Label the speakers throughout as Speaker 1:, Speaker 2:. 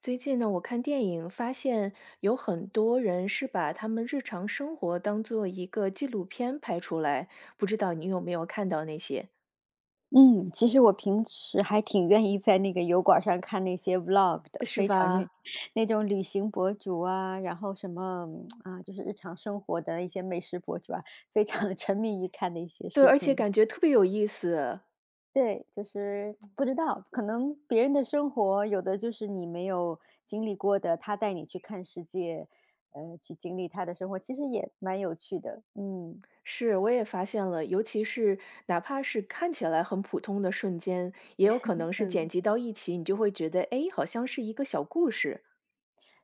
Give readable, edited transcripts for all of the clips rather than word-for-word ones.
Speaker 1: 最近呢，我看电影发现有很多人是把他们日常生活当做一个纪录片拍出来，不知道你有没有看到那些？
Speaker 2: 嗯，其实我平时还挺愿意在那个油管儿上看那些 vlog 的，
Speaker 1: 是
Speaker 2: 非常愿意
Speaker 1: 吧？
Speaker 2: 那种旅行博主啊，然后什么啊，就是日常生活的一些美食博主啊，非常沉迷于看的一些视
Speaker 1: 对，而且
Speaker 2: 频。
Speaker 1: 感觉特别有意思。
Speaker 2: 对，就是不知道，可能别人的生活有的就是你没有经历过的，他带你去看世界，去经历他的生活，其实也蛮有趣的。嗯
Speaker 1: 是，我也发现了，尤其是哪怕是看起来很普通的瞬间，也有可能是剪
Speaker 2: 嗯。
Speaker 1: 辑到一起，你就会觉得，诶，好像是一个小故事。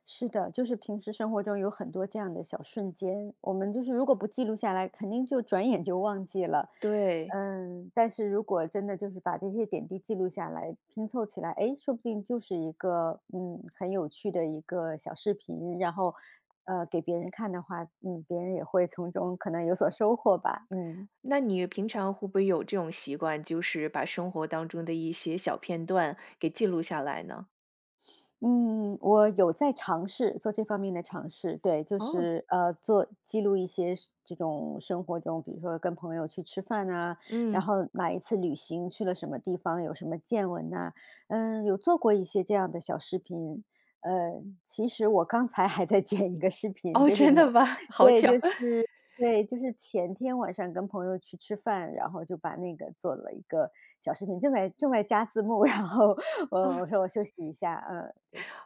Speaker 2: 是的，就是平时生活中有很多这样的小瞬间，我们就是如果不记录下来，肯定就转眼就忘记了。
Speaker 1: 对，
Speaker 2: 嗯，但是如果真的就是把这些点滴记录下来，拼凑起来，诶，说不定就是一个很有趣的一个小视频，然后给别人看的话，嗯，别人也会从中可能有所收获吧。嗯。
Speaker 1: 那你平常会不会有这种习惯，就是把生活当中的一些小片段给记录下来呢？
Speaker 2: 嗯，我有在尝试做这方面的尝试，对，就
Speaker 1: 哦，
Speaker 2: 是做记录一些是这种生活中，比如说跟朋友去吃饭啊，然
Speaker 1: 嗯，
Speaker 2: 后哪一次旅行去了什么地方，有什么见闻呐、有做过一些这样的小视频。呃，其实我刚才还在剪一个视频，
Speaker 1: 哦，
Speaker 2: 就是
Speaker 1: 真的吗？好
Speaker 2: 对，
Speaker 1: 巧。
Speaker 2: 就是前天晚上跟朋友去吃饭，然后就把那个做了一个小视频，正在加字幕，然后我
Speaker 1: 哦，
Speaker 2: 我说我休息一下，嗯，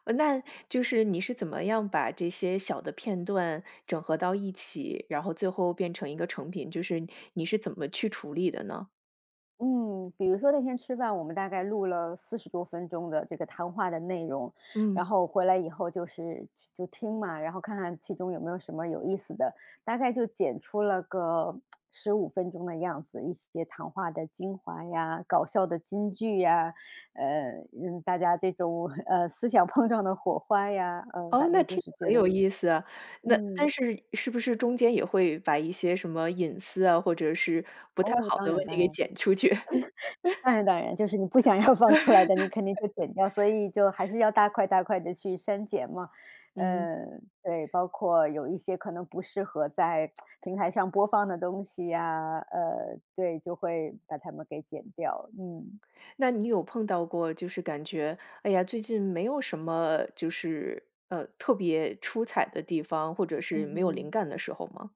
Speaker 1: 那就是你是怎么样把这些小的片段整合到一起，然后最后变成一个成品，就是你是怎么去处理的呢？
Speaker 2: 嗯，比如说那天吃饭，我们大概录了40多分钟的这个谈话的内容，然
Speaker 1: 嗯，
Speaker 2: 后回来以后就听嘛，然后看看其中有没有什么有意思的，大概就剪出了个15分钟的样子，一些谈话的精华呀，搞笑的金句呀，呃，大家这种思想碰撞的火花呀，反
Speaker 1: 哦，
Speaker 2: 正
Speaker 1: 那
Speaker 2: 就
Speaker 1: 听着
Speaker 2: 是觉
Speaker 1: 很
Speaker 2: 得，
Speaker 1: 有意思啊。那但
Speaker 2: 嗯，
Speaker 1: 是是不是中间也会把一些什么隐私啊，或者是不太
Speaker 2: 哦，
Speaker 1: 好
Speaker 2: 当
Speaker 1: 的
Speaker 2: 然
Speaker 1: 问
Speaker 2: 当
Speaker 1: 题给
Speaker 2: 然。
Speaker 1: 剪出去？
Speaker 2: 当然当然，就是你不想要放出来的，你肯定就剪掉，所以就还是要大块大块的去删减嘛。
Speaker 1: 嗯。
Speaker 2: 嗯，对，包括有一些可能不适合在平台上播放的东西呀，对，就会把它们给剪掉，嗯。
Speaker 1: 那你有碰到过就是感觉，哎呀，最近没有什么就是特别出彩的地方，或者
Speaker 2: 嗯
Speaker 1: 是没有灵
Speaker 2: 哼。
Speaker 1: 感的时候吗？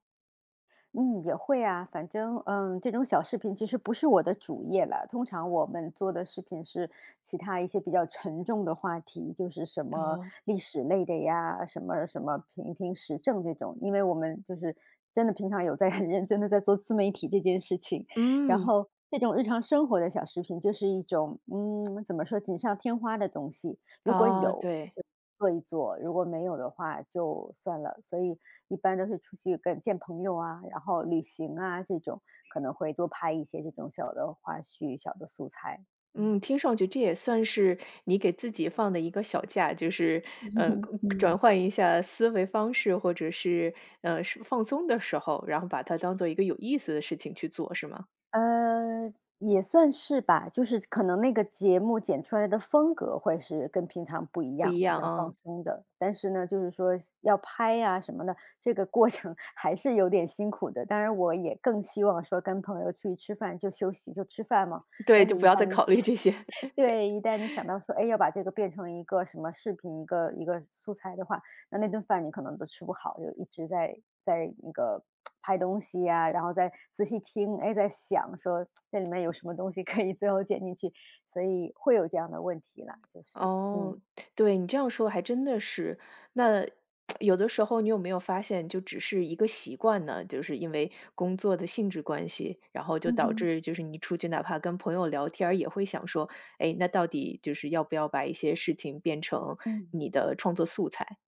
Speaker 2: 嗯，也会啊，反正这种小视频其实不是我的主业了。通常我们做的视频是其他一些比较沉重的话题，就是什么
Speaker 1: 哦，
Speaker 2: 历史类的呀，什么什么评评时政这种。因为我们就是真的平常有在 很认真的在做自媒体这件事情，然
Speaker 1: 嗯，
Speaker 2: 后这种日常生活的小视频就是一种怎么说锦上添花的东西。如果
Speaker 1: 啊，
Speaker 2: 有
Speaker 1: 对，
Speaker 2: 就做一做，如果没有的话就算了。所以一般都是出去跟见朋友啊，然后旅行啊这种，可能会多拍一些这种小的花絮、小的素材。嗯。
Speaker 1: 嗯，听上去这也算是你给自己放的一个小假，就是呃转
Speaker 2: 嗯。
Speaker 1: 换一下思维方式，或者是是放松的时候，然后把它当做一个有意思的事情去做，是吗？
Speaker 2: 呃，也算是吧，就是可能那个节目剪出来的风格会是跟平常不一
Speaker 1: 不
Speaker 2: 样，
Speaker 1: 一
Speaker 2: 比
Speaker 1: 样
Speaker 2: 较放
Speaker 1: 啊，
Speaker 2: 松的。但是呢，就是说要拍呀、什么的，这个过程 还是有点辛苦的。当然，我也更希望说跟朋友去吃饭就休息就吃饭嘛。
Speaker 1: 对，
Speaker 2: 但是，
Speaker 1: 就
Speaker 2: 一
Speaker 1: 不要
Speaker 2: 旦
Speaker 1: 再
Speaker 2: 你
Speaker 1: 考虑 这些。
Speaker 2: 对，一旦你想到说，哎，要把这个变成一个什么视频，一个一个素材的话，那顿饭你可能都吃不好，就一直在那个拍东西呀、然后再仔细听，哎，在想说这里面有什么东西可以最后剪进去，所以会有这样的问题啦，就是
Speaker 1: 哦，对，你这样说还真的是。那有的时候你有没有发现，就只是一个习惯呢？就是因为工作的性质关系，然后就
Speaker 2: 嗯
Speaker 1: 导
Speaker 2: 哼，
Speaker 1: 致就是你出去哪怕跟朋友聊天儿也会想说，哎，那到底就是要不要把一些事情变成
Speaker 2: 嗯。
Speaker 1: 你的创作素材？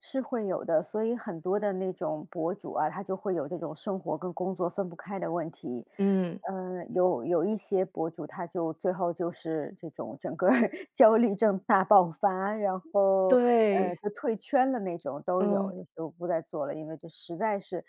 Speaker 2: 是会有的，所以很多的那种博主啊，他就会有这种生活跟工作分不开的问题。
Speaker 1: 嗯，
Speaker 2: 嗯，有一些博主，他就最后就是这种整个儿 焦虑症大爆发，然后
Speaker 1: 对，
Speaker 2: 就退圈了那种都有，
Speaker 1: 嗯，
Speaker 2: 就不再做了，因为就实在是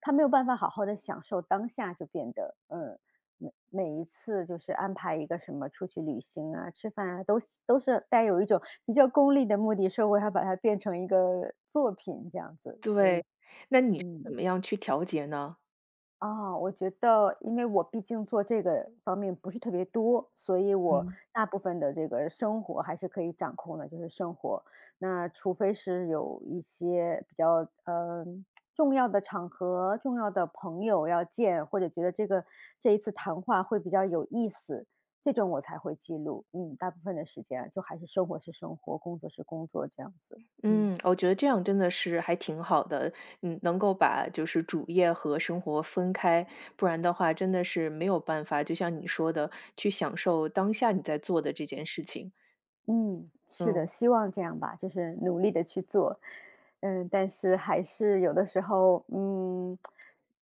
Speaker 2: 他没有办法好好的享受当下，就变得每每一次就是安排一个什么出去旅行啊、吃饭啊，都是带有一种比较功利的目的，说我要把它变成一个作品这样子，所以
Speaker 1: 对。那你是怎
Speaker 2: 嗯。
Speaker 1: 么样去调节呢？
Speaker 2: 啊，我觉得因为我毕竟做这个方面不是特别多，所以我
Speaker 1: 嗯。
Speaker 2: 大部分的这个生活还是可以掌控的，就是生活。那除非是有一些比较重要的场合、重要的朋友要见，或者觉得这一次谈话会比较有意思，这种我才会记录。嗯，大部分的时间啊就还是生活是生活，工作是工作这样子。嗯。
Speaker 1: 嗯，我觉得这样真的是还挺好的，嗯，能够把就是主业和生活分开，不然的话真的是没有办法，就像你说的，去享受当下你在做的这件事情。
Speaker 2: 嗯，是的，
Speaker 1: 嗯，
Speaker 2: 希望这样吧，就是努力的去做。嗯，但是还是有的时候，嗯，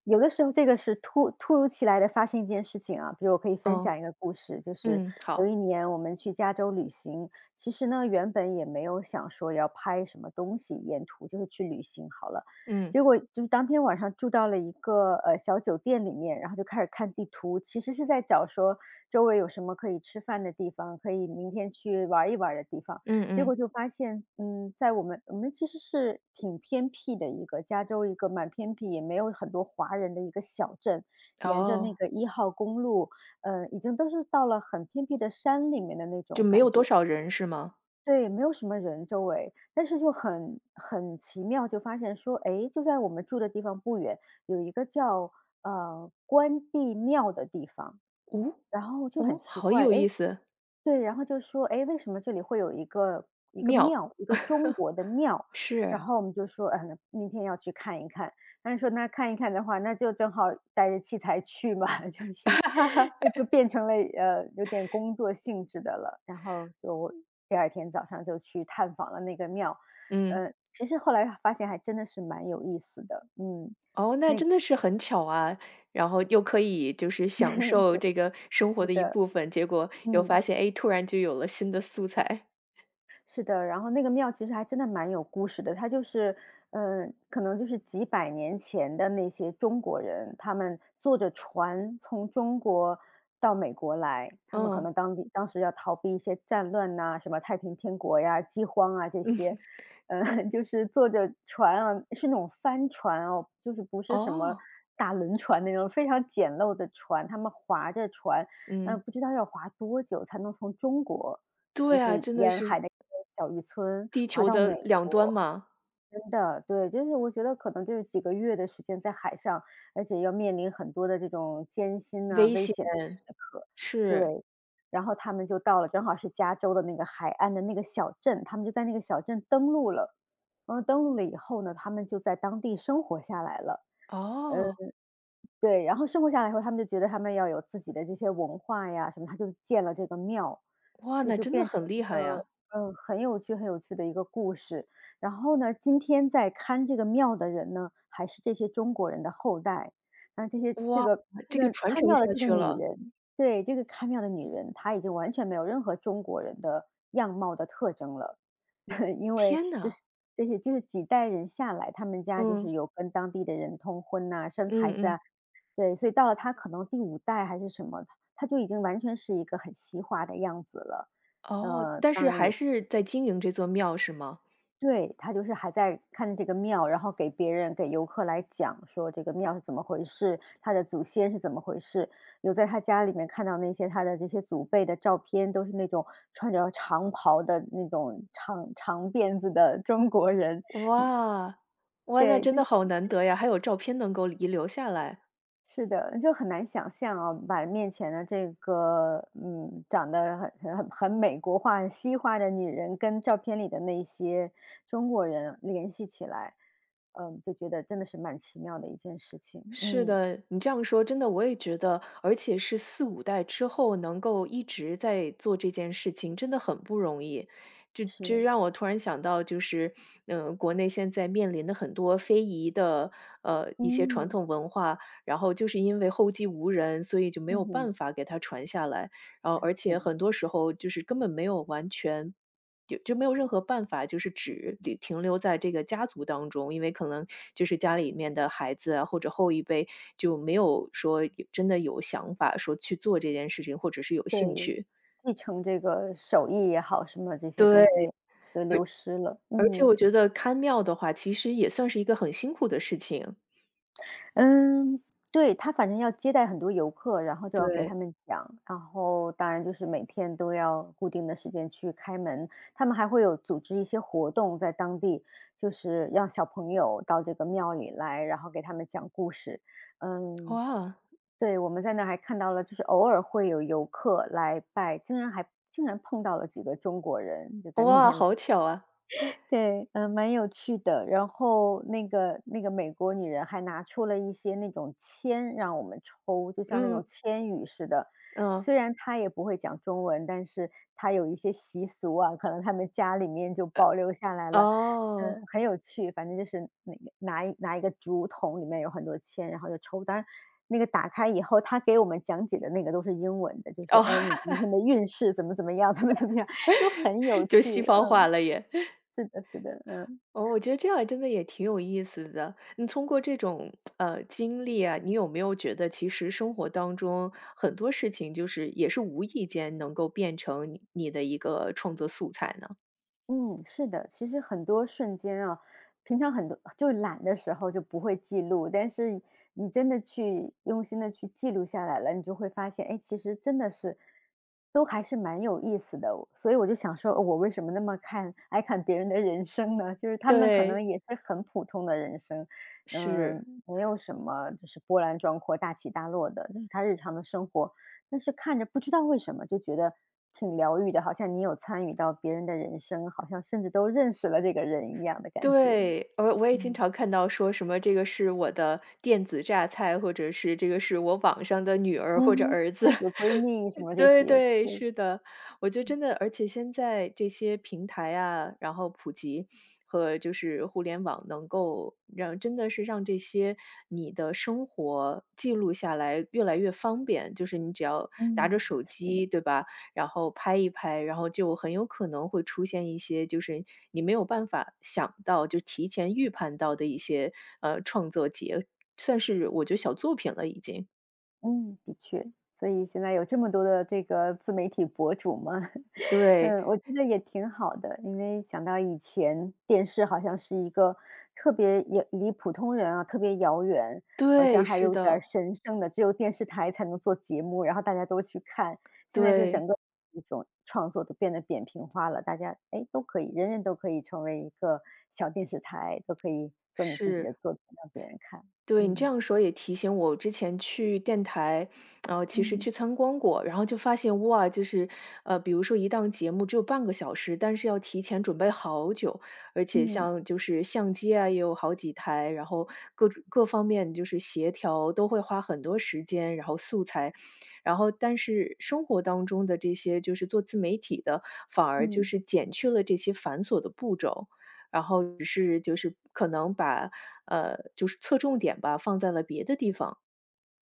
Speaker 2: 有的时候这个是突如其来的发生一件事情啊。比如我可以分
Speaker 1: 哦，
Speaker 2: 享一个故事，就是
Speaker 1: 嗯，
Speaker 2: 有
Speaker 1: 好，
Speaker 2: 一年我们去加州旅行，其实呢，原本也没有想说要拍什么东西，沿途就是去旅行好了。
Speaker 1: 嗯
Speaker 2: 结果就是当天晚上住到了一个小酒店里面，然后就开始看地图，其实是在找说周围有什么可以吃饭的地方，可以明天去玩一玩的地方。
Speaker 1: 嗯
Speaker 2: 结果
Speaker 1: 嗯，
Speaker 2: 就发现，在我们其实是挺偏僻的一个加州一个蛮偏僻，也没有很多华人的一个小镇，沿着那
Speaker 1: 哦，
Speaker 2: 个1号公路，已经都是到了很偏僻的山里面的那
Speaker 1: 就
Speaker 2: 种
Speaker 1: 没
Speaker 2: 感
Speaker 1: 有多
Speaker 2: 觉。
Speaker 1: 少人是吗？
Speaker 2: 对，没有什么人周围，但是就很奇妙，就发现说，诶，就在我们住的地方不远，有一个叫关帝庙的地方，
Speaker 1: 哦
Speaker 2: 然后就很
Speaker 1: 哦，
Speaker 2: 奇
Speaker 1: 好
Speaker 2: 怪，
Speaker 1: 有意
Speaker 2: 诶，
Speaker 1: 思，
Speaker 2: 对，然后就说："哎，为什么这里会有一个
Speaker 1: 妙，
Speaker 2: 庙，一个中国的 庙？"然
Speaker 1: 是，
Speaker 2: 后我们就说："嗯，明天要去看一看。"但是说："那看一看的话，那就正好带着器材去嘛。就 是
Speaker 1: 哈哈哈。
Speaker 2: 这就变成了，有点工作性质的了。然后就第二天早上就去探访了那个庙，
Speaker 1: 嗯。
Speaker 2: 其实后来发现还真的是蛮有意思的，
Speaker 1: 哦，那真的是很巧啊，然后又可以就是享 受
Speaker 2: 就，
Speaker 1: 这个生活
Speaker 2: 是
Speaker 1: 的一
Speaker 2: 的，
Speaker 1: 部分，结果又
Speaker 2: 嗯。
Speaker 1: 发现，哎，突然就有了新的素材。
Speaker 2: 是的，然后那个庙其实还真的蛮有故事的，它就是，可能就是几百年前的那些中国人，他们坐着船从中国到美国来，他们可
Speaker 1: 嗯
Speaker 2: 能当时要逃避一些战乱呐、什么太平天国呀、饥荒啊这些，
Speaker 1: 嗯，
Speaker 2: 呃，就是坐着船啊，是那种帆船哦，就是不是什么
Speaker 1: 哦，
Speaker 2: 大轮船那种非常简陋的船，他们划着船，
Speaker 1: 嗯，
Speaker 2: 不知道要划多久才能从中国。就
Speaker 1: 对啊，
Speaker 2: 是
Speaker 1: 真的
Speaker 2: 沿海
Speaker 1: 是
Speaker 2: 的一个小渔村，
Speaker 1: 地
Speaker 2: 划
Speaker 1: 球
Speaker 2: 到
Speaker 1: 的
Speaker 2: 美
Speaker 1: 两端
Speaker 2: 国，
Speaker 1: 嘛，
Speaker 2: 真的，对，就是我觉得可能就是几个月的时间在海上，而且要面临很多的这种艰辛呐、
Speaker 1: 危
Speaker 2: 危
Speaker 1: 险，
Speaker 2: 险的时刻，
Speaker 1: 是，
Speaker 2: 对。然后他们就到了，正好是加州的那个海岸的那个小镇，他们就在那个小镇登陆了。然后登陆了以后呢，他们就在当地生活下来了。
Speaker 1: 哦，
Speaker 2: 对，然后生活下来以后，他们就觉得他们要有自己的这些文化呀什么，他就建了这个庙，
Speaker 1: 哇，
Speaker 2: 所以
Speaker 1: 那
Speaker 2: 就
Speaker 1: 真的
Speaker 2: 变成
Speaker 1: 很
Speaker 2: 一
Speaker 1: 厉害
Speaker 2: 个，
Speaker 1: 呀，
Speaker 2: 很有趣很有趣的一个故事。然后呢，今天在看这个庙的人呢，还是这些中国人的后代。那这些这
Speaker 1: 哇，
Speaker 2: 个这
Speaker 1: 这个
Speaker 2: 个
Speaker 1: 传
Speaker 2: 看
Speaker 1: 承
Speaker 2: 庙的
Speaker 1: 下
Speaker 2: 这个
Speaker 1: 去
Speaker 2: 女
Speaker 1: 了，
Speaker 2: 人，对，这个看庙的女人，她已经完全没有任何中国人的样貌的特征了，因为
Speaker 1: 天
Speaker 2: 就
Speaker 1: 呐，
Speaker 2: 是这些就是几代人下来，他们家就是
Speaker 1: 嗯，
Speaker 2: 有跟当地的人通婚呐、生
Speaker 1: 嗯
Speaker 2: 孩子
Speaker 1: 嗯，
Speaker 2: 啊，对，所以到了他可能第五代还是什么，他就已经完全是一个很西化的样子了。
Speaker 1: 哦，但
Speaker 2: 当
Speaker 1: 是
Speaker 2: 然
Speaker 1: 还
Speaker 2: 也
Speaker 1: 是在经营这座庙是吗？
Speaker 2: 对，他就是还在看着这个庙，然后给别人给游客来讲说这个庙是怎么回事，他的祖先是怎么回事。有在他家里面看到那些他的这些祖辈的照片，都是那种穿着长袍的那种长长辫子的中国人。
Speaker 1: 哇，哇，那
Speaker 2: 对，
Speaker 1: 真
Speaker 2: 就
Speaker 1: 的
Speaker 2: 是
Speaker 1: 好难得呀，还有照片能够遗留下来。
Speaker 2: 是的，就很难想象啊，把面前的这个，长得很美国化、很西化的女人，跟照片里的那些中国人联系起来，嗯，就觉得真的是蛮奇妙的一件事情。
Speaker 1: 是
Speaker 2: 嗯，
Speaker 1: 的，你这样说真的我也觉得，而且是四五代之后能够一直在做这件事情，真的很不容易。这
Speaker 2: 是，
Speaker 1: 让我突然想到就是，嗯，国内现在面临的很多非遗的，呃，一些传
Speaker 2: 嗯，
Speaker 1: 统文化，然后就是因为后继无人，所以就没有
Speaker 2: 嗯哼，
Speaker 1: 办法给它传下来。然后
Speaker 2: 哎
Speaker 1: 而
Speaker 2: 是
Speaker 1: 且
Speaker 2: 的，
Speaker 1: 很多时候就是根本没有完全就没有任何办法，就是只得停留在这个家族当中，因为可能就是家里面的孩子啊，或者后一辈就没有说有真的有想法说去做这件事情，或者是有兴
Speaker 2: 对，
Speaker 1: 趣。
Speaker 2: 继承这个手艺也好，什么这些东
Speaker 1: 对，
Speaker 2: 西都流失了，
Speaker 1: 而且
Speaker 2: 嗯。
Speaker 1: 我觉得看庙的话，其实也算是一个很辛苦的事情。
Speaker 2: 嗯，对，他反正要接待很多游客，然后就要给他
Speaker 1: 对，
Speaker 2: 们讲，然后当然就是每天都要固定的时间去开门，他们还会有组织一些活动在当地，就是让小朋友到这个庙里来，然后给他们讲故事。嗯，
Speaker 1: 哇，
Speaker 2: 对，我们在那儿还看到了，就是偶尔会有游客来拜，竟然碰到了几个中国人，就在那边来。
Speaker 1: 好巧啊！
Speaker 2: 对，嗯，蛮有趣的。然后那个美国女人还拿出了一些那种签让我们抽，就像那种
Speaker 1: 嗯
Speaker 2: 签语似的。
Speaker 1: 嗯，
Speaker 2: 虽然她也不会讲中文，但是她有一些习俗啊，可能他们家里面就保留下来了。
Speaker 1: 哦
Speaker 2: 嗯，很有趣，反正就是那个拿一个竹筒，里面有很多签，然后就抽。当然，那个打开以后，他给我们讲解的那个都是英文的，就说：
Speaker 1: 哦，
Speaker 2: “哎，你今 天的运势怎么怎么样，怎么怎么样。”就很有
Speaker 1: 就
Speaker 2: 趣，
Speaker 1: 西方化
Speaker 2: 嗯。
Speaker 1: 了也。
Speaker 2: 是的，是的，嗯
Speaker 1: 哦，我觉得这样真的也挺有意思的。你通过这种经历啊，你有没有觉得其实生活当中很多事情就是也是无意间能够变成你的一个创作素材呢？
Speaker 2: 嗯，是的。其实很多瞬间啊，平常很多就懒的时候就不会记录，但是你真的去用心的去记录下来了，你就会发现，哎，其实真的是都还是蛮有意思的。所以我就想说，哦我为什么那么看爱看别人的人生呢？就是他们可能
Speaker 1: 对，
Speaker 2: 也是很普通的人生，嗯，
Speaker 1: 是。
Speaker 2: 没有什么就是波澜壮阔、大起大落的，就是他日常的生活。但是看着不知道为什么就觉得挺疗愈的，好像你有参与到别人的人生，好像甚至都认识了这个人一样的感觉。
Speaker 1: 对，我也经
Speaker 2: 嗯，
Speaker 1: 常看到说什么这个是我的电子榨菜，或者是这个是我网上的女儿或
Speaker 2: 嗯
Speaker 1: 者
Speaker 2: 哼，
Speaker 1: 儿子。
Speaker 2: 电子闺蜜什么这
Speaker 1: 对
Speaker 2: 些，
Speaker 1: 对，
Speaker 2: 对，
Speaker 1: 是的，我觉得真的，而且现在这些平台啊，然后普及和就是互联网能够让真的是让这些你的生活记录下来越来越方便，就是你只要拿
Speaker 2: 嗯，
Speaker 1: 着手
Speaker 2: 是。的。
Speaker 1: 机，对吧？然后拍一拍，然后就很有可能会出现一些就是你没有办法想到，就提前预判到的一些创作节，算是我觉得小作品了已经。
Speaker 2: 嗯，的确，所以现在有这么多的这个自媒体博主嘛，
Speaker 1: 对
Speaker 2: 嗯，我觉得也挺好的。因为想到以前电视好像是一个特别也离普通人啊特别遥远，好像
Speaker 1: 对，
Speaker 2: 还
Speaker 1: 是
Speaker 2: 有点
Speaker 1: 的，
Speaker 2: 儿神圣的，只有电视台才能做节目，然后大家都去看。现在就整
Speaker 1: 对。
Speaker 2: 个一种创作都变得扁平化了，大家哎都可以，人人都可以成为一个小电视台，都可以做你自己的
Speaker 1: 是，
Speaker 2: 作品让别人看。
Speaker 1: 对，你这
Speaker 2: 嗯
Speaker 1: 样说也提醒我，我之前去电台，呃，其实
Speaker 2: 嗯
Speaker 1: 去参观过，然后就发现哇，就是，比如说一档节目只有半个小时，但是要提前准备好久，而且
Speaker 2: 嗯
Speaker 1: 像就是相机啊，也有好几台，然后各方面就是协调都会花很多时间，然后素材，然后但是生活当中的这些就是做自媒体的，反而就
Speaker 2: 嗯。
Speaker 1: 是减去了这些繁琐的步骤。然后只是就是可能把，就是侧重点吧，放在了别的地方。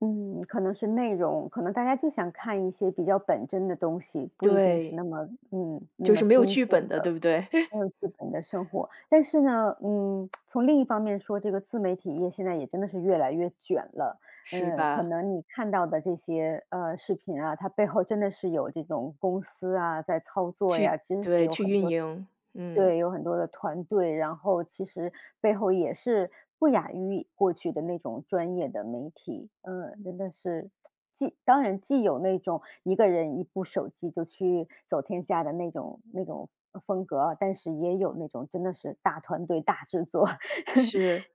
Speaker 2: 嗯，可能是内容，可能大家就想看一些比较本真的东西，不一定是
Speaker 1: 对，
Speaker 2: 那么嗯，那
Speaker 1: 就
Speaker 2: 么
Speaker 1: 是没有
Speaker 2: 精
Speaker 1: 剧
Speaker 2: 致
Speaker 1: 本的，
Speaker 2: 的，
Speaker 1: 对不对？
Speaker 2: 没 有剧本的生活。但是呢，嗯，从另一方面说，这个自媒体业现在也真的是越来越卷了。
Speaker 1: 是
Speaker 2: 嗯，可
Speaker 1: 吧？
Speaker 2: 能你看到的这些视频啊，它背后真的是有这种公司啊在操作呀，
Speaker 1: 去
Speaker 2: 其实是
Speaker 1: 对，
Speaker 2: 有
Speaker 1: 去
Speaker 2: 很
Speaker 1: 运
Speaker 2: 多
Speaker 1: 营，嗯，
Speaker 2: 对，有很多的团队，然后其实背后也是不亚于过去的那种专业的媒体。嗯，真的是既当然既有那种一个人一部手机就去走天下的那种风格啊，但是也有那种真的是大团队大制作，
Speaker 1: 是。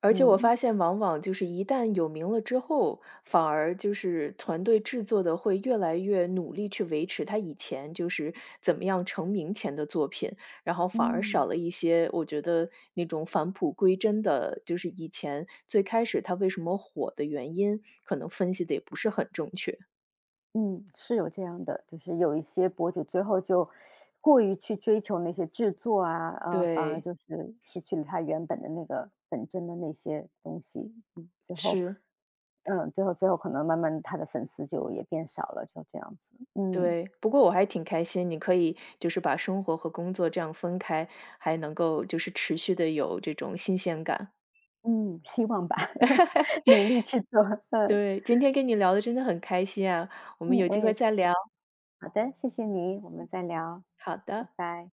Speaker 1: 而且我
Speaker 2: 嗯。
Speaker 1: 发现往往就是一旦有名了之后，反而就是团队制作的会越来越努力去维持他以前就是怎么样成名前的作品，然后反而
Speaker 2: 嗯。
Speaker 1: 少了一些我觉得那种返璞归真的，就是以前最开始他为什么火的原因，可能分析的也不是很正确。
Speaker 2: 嗯，是有这样的，就是有一些博主最后就过于去追求那些制作啊，反而
Speaker 1: 对，
Speaker 2: 就是失去了他原本的那个本真的那些东西。嗯，最后，
Speaker 1: 是，
Speaker 2: 嗯，最后可能慢慢地他的粉丝就也变少了，就这样子。嗯
Speaker 1: 对。不过我还挺开心，你可以就是把生活和工作这样分开，还能够就是持续的有这种新鲜感。
Speaker 2: 嗯，希望吧，努力去做。嗯
Speaker 1: 对，今天跟你聊的真的很开心啊，我
Speaker 2: 嗯，
Speaker 1: 们有
Speaker 2: 我
Speaker 1: 机
Speaker 2: 也
Speaker 1: 会
Speaker 2: 是。
Speaker 1: 再聊，
Speaker 2: 好的，谢谢你，我们再聊，
Speaker 1: 好
Speaker 2: 拜
Speaker 1: 的。
Speaker 2: 拜。